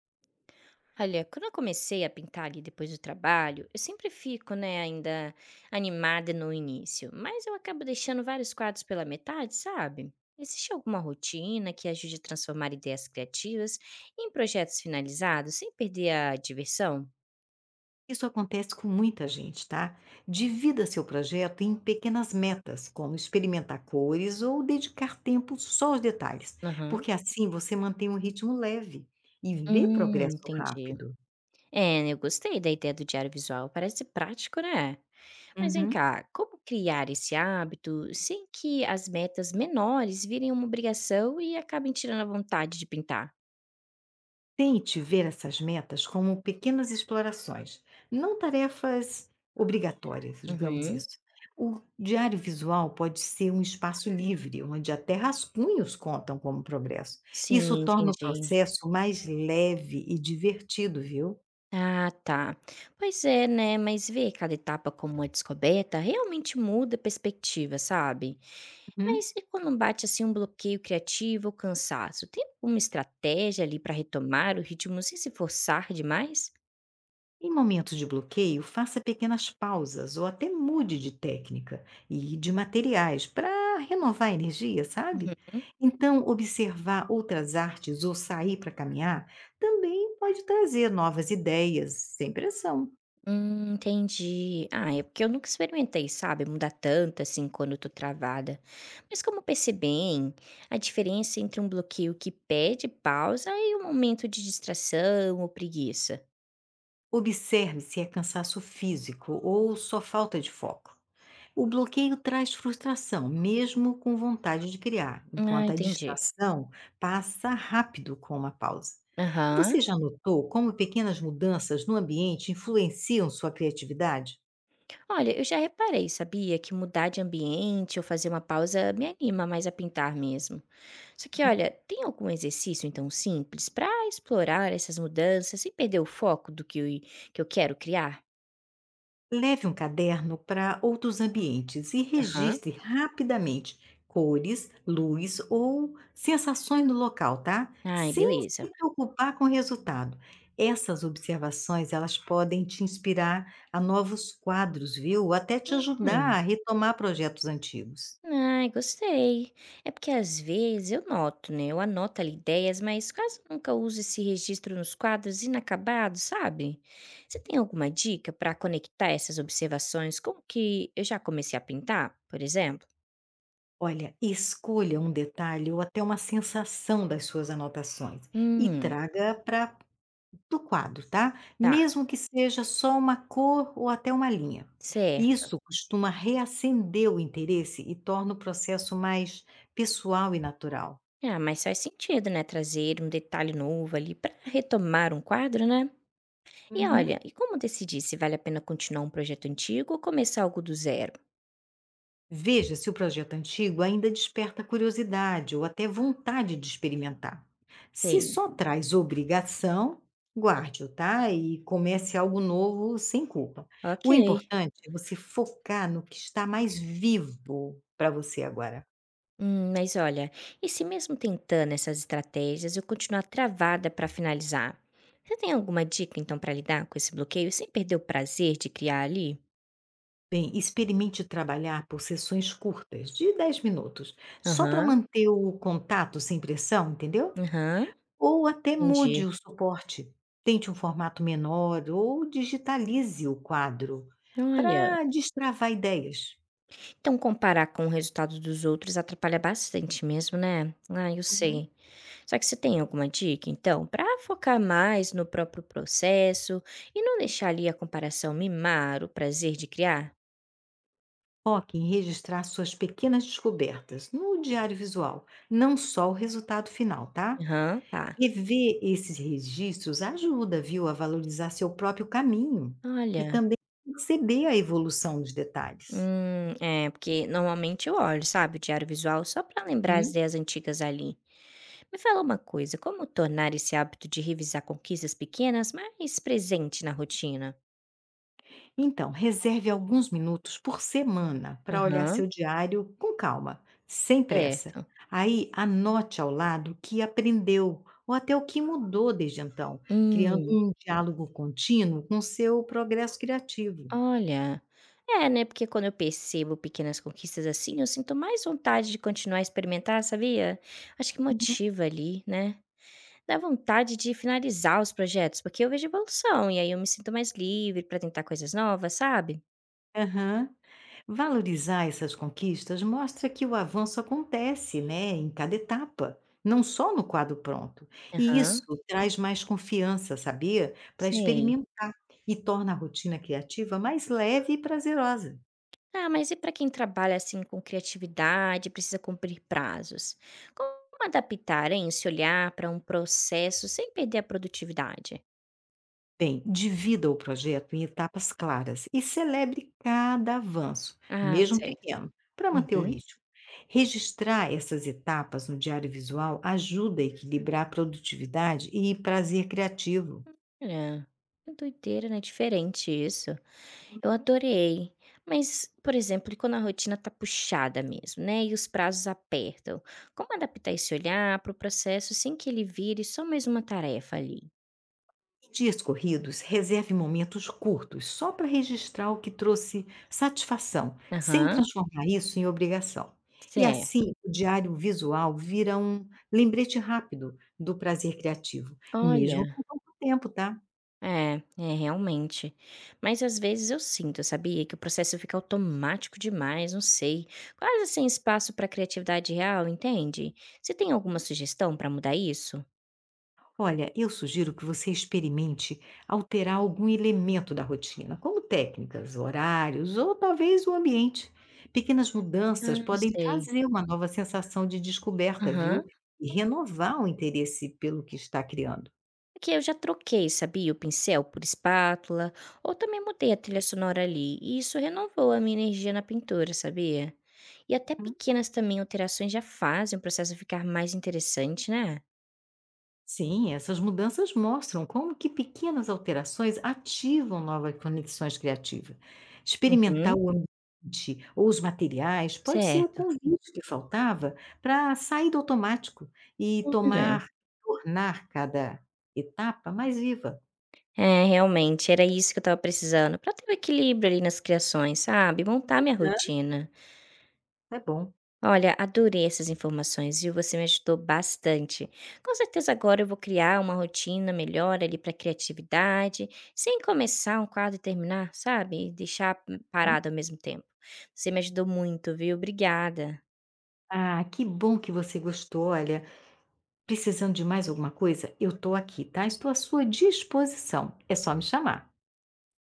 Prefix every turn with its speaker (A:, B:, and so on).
A: Olha, quando eu comecei a pintar ali depois do trabalho, eu sempre fico, né, ainda animada no início, mas eu acabo deixando vários quadros pela metade, sabe? Existe alguma rotina que ajude a transformar ideias criativas em projetos finalizados sem perder a diversão?
B: Isso acontece com muita gente, tá? Divida seu projeto em pequenas metas, como experimentar cores ou dedicar tempo só aos detalhes,
A: Aham.
B: porque assim você mantém um ritmo leve e vê progresso
A: Entendi.
B: rápido.
A: É, eu gostei da ideia do diário visual, parece prático, né? Mas vem
B: Uhum.
A: cá, como criar esse hábito sem que as metas menores virem uma obrigação e acabem tirando a vontade de pintar?
B: Tente ver essas metas como pequenas explorações, não tarefas obrigatórias, digamos
A: Uhum.
B: isso. O diário visual pode ser um espaço livre, onde até rascunhos contam como progresso.
A: Sim,
B: Isso torna o
A: entendi.
B: processo mais leve e divertido, viu?
A: Ah, tá. Pois é, né? Mas ver cada etapa como uma descoberta realmente muda a perspectiva, sabe? Mas e quando bate assim um bloqueio criativo ou cansaço? Tem alguma estratégia ali para retomar o ritmo sem se forçar demais?
B: Em momentos de bloqueio, faça pequenas pausas ou até mude de técnica e de materiais para renovar a energia, sabe?
A: Uhum.
B: Então, observar outras artes ou sair para caminhar também pode trazer novas ideias, sem pressão.
A: Entendi. Ah, é porque eu nunca experimentei, sabe, mudar tanto assim quando eu tô travada. Mas como percebem a diferença entre um bloqueio que pede pausa e um momento de distração ou preguiça?
B: Observe se é cansaço físico ou só falta de foco. O bloqueio traz frustração, mesmo com vontade de criar,
A: Ah,
B: enquanto a
A: entendi.
B: distração passa rápido com uma pausa. Você
A: Aham.
B: já notou como pequenas mudanças no ambiente influenciam sua criatividade?
A: Olha, eu já reparei, sabia, que mudar de ambiente ou fazer uma pausa me anima mais a pintar mesmo. Só que, olha, tem algum exercício então simples pra explorar essas mudanças sem perder o foco do que eu quero criar?
B: Leve um caderno para outros ambientes e
A: Aham.
B: registre rapidamente cores, luz ou sensações do local, tá?
A: Ai,
B: Sem se
A: beleza.
B: preocupar com o resultado. Essas observações, elas podem te inspirar a novos quadros, viu? Ou até te ajudar
A: Uhum.
B: a retomar projetos antigos.
A: Ai, gostei. É porque às vezes eu noto, né? Eu anoto ali ideias, mas quase nunca uso esse registro nos quadros inacabados, sabe? Você tem alguma dica para conectar essas observações com o que eu já comecei a pintar, por exemplo?
B: Olha, escolha um detalhe ou até uma sensação das suas anotações e
A: Hum,
B: traga para do quadro, tá?
A: tá,
B: Mesmo que seja só uma cor ou até uma linha.
A: certo.
B: Isso costuma reacender o interesse e torna o processo mais pessoal e natural.
A: Ah, mas faz sentido, né? Trazer um detalhe novo ali para retomar um quadro, né? E
B: Uhum.
A: olha, e como decidir se vale a pena continuar um projeto antigo ou começar algo do zero?
B: Veja se o projeto antigo ainda desperta curiosidade ou até vontade de experimentar. Se
A: Sei.
B: só traz obrigação, guarde-o, tá? E comece algo novo sem culpa.
A: Ok.
B: O importante é você focar no que está mais vivo para você agora.
A: Mas olha, e se mesmo tentando essas estratégias eu continuar travada para finalizar? Você tem alguma dica então para lidar com esse bloqueio sem perder o prazer de criar ali?
B: Bem, experimente trabalhar por sessões curtas, de 10 minutos, só para
A: Aham,
B: manter o contato sem pressão, entendeu?
A: aham,
B: Ou até
A: entendi.
B: mude o suporte. Tente um formato menor ou digitalize o quadro
A: Olha,
B: para destravar ideias.
A: então comparar com o resultado dos outros atrapalha bastante mesmo, né? Ah, eu
B: Uhum.
A: sei. Só que você tem alguma dica então para focar mais no próprio processo e não deixar ali a comparação mimar o prazer de criar?
B: Foque em registrar suas pequenas descobertas no diário visual, não só o resultado final, tá?
A: Aham, tá.
B: Rever esses registros ajuda, viu, a valorizar seu próprio caminho e
A: Olha.
B: também perceber a evolução dos detalhes.
A: É, porque normalmente eu olho, sabe, o diário visual só para lembrar as
B: Hum,
A: ideias antigas ali. Me fala uma coisa, como tornar esse hábito de revisar conquistas pequenas mais presente na rotina?
B: Então, reserve alguns minutos por semana para olhar
A: Aham,
B: seu diário com calma, sem pressa.
A: certo.
B: Aí, anote ao lado o que aprendeu ou até o que mudou desde então, criando
A: Hum,
B: um diálogo contínuo com seu progresso criativo.
A: olha. É, né, porque quando eu percebo pequenas conquistas assim, eu sinto mais vontade de continuar a experimentar, sabia? Acho que motiva ali, né? Dá vontade de finalizar os projetos, porque eu vejo evolução e aí eu me sinto mais livre para tentar coisas novas, sabe?
B: Aham. Valorizar essas conquistas mostra que o avanço acontece, né, em cada etapa, não só no quadro pronto. E isso
A: Aham.
B: traz mais confiança, sabia? Para
A: Sei.
B: experimentar e torna a rotina criativa mais leve e prazerosa.
A: Ah, mas e para quem trabalha, assim, com criatividade, precisa cumprir prazos? Como adaptar, hein, se olhar para um processo sem perder a produtividade?
B: Bem, divida o projeto em etapas claras e celebre cada avanço,
A: Ah,
B: mesmo
A: certo.
B: pequeno, para manter o
A: Uhum.
B: ritmo. Registrar essas etapas no diário visual ajuda a equilibrar produtividade e prazer criativo.
A: É. Que doideira, né, diferente isso. Eu adorei. Mas, por exemplo, e quando a rotina tá puxada mesmo, né, e os prazos apertam, como adaptar esse olhar para o processo sem que ele vire só mais uma tarefa ali?
B: Em dias corridos, reserve momentos curtos, só para registrar o que trouxe satisfação, sem
A: Aham,
B: transformar isso em obrigação. E
A: certo.
B: assim, o diário visual vira um lembrete rápido do prazer criativo, mesmo com
A: Olha.
B: pouco tempo, tá?
A: É, é realmente. Mas às vezes eu sinto, sabia, que o processo fica automático demais, não sei. Quase sem espaço para criatividade real, entende? Você tem alguma sugestão para mudar isso?
B: Olha, eu sugiro que você experimente alterar algum elemento da rotina, como técnicas, horários ou talvez o ambiente. Pequenas mudanças
A: Ah,
B: podem
A: sei.
B: trazer uma nova sensação de descoberta,
A: Aham.
B: viu? E renovar o interesse pelo que está criando.
A: Aqui eu já troquei, sabia, o pincel por espátula, ou também mudei a trilha sonora ali, e isso renovou a minha energia na pintura, sabia? E até pequenas também alterações já fazem o processo ficar mais interessante, né?
B: Sim, essas mudanças mostram como que pequenas alterações ativam novas conexões criativas. Experimentar
A: Uhum,
B: o ambiente ou os materiais pode ser o
A: certo.
B: convite que faltava para sair do automático e
A: Olha.
B: tomar, tornar cada etapa mais viva.
A: É, realmente, era isso que eu estava precisando, pra ter o equilíbrio ali nas criações, sabe, montar minha
B: Hã?
A: rotina.
B: É bom.
A: Olha, adorei essas informações, viu, você me ajudou bastante. Com certeza agora eu vou criar uma rotina melhor ali pra criatividade, sem começar um quadro e terminar, sabe, e deixar, parado ao mesmo tempo. Você me ajudou muito, viu, obrigada.
B: Ah, que bom que você gostou. Olha, precisando de mais alguma coisa, eu estou aqui, tá? Estou à sua disposição. É só me chamar.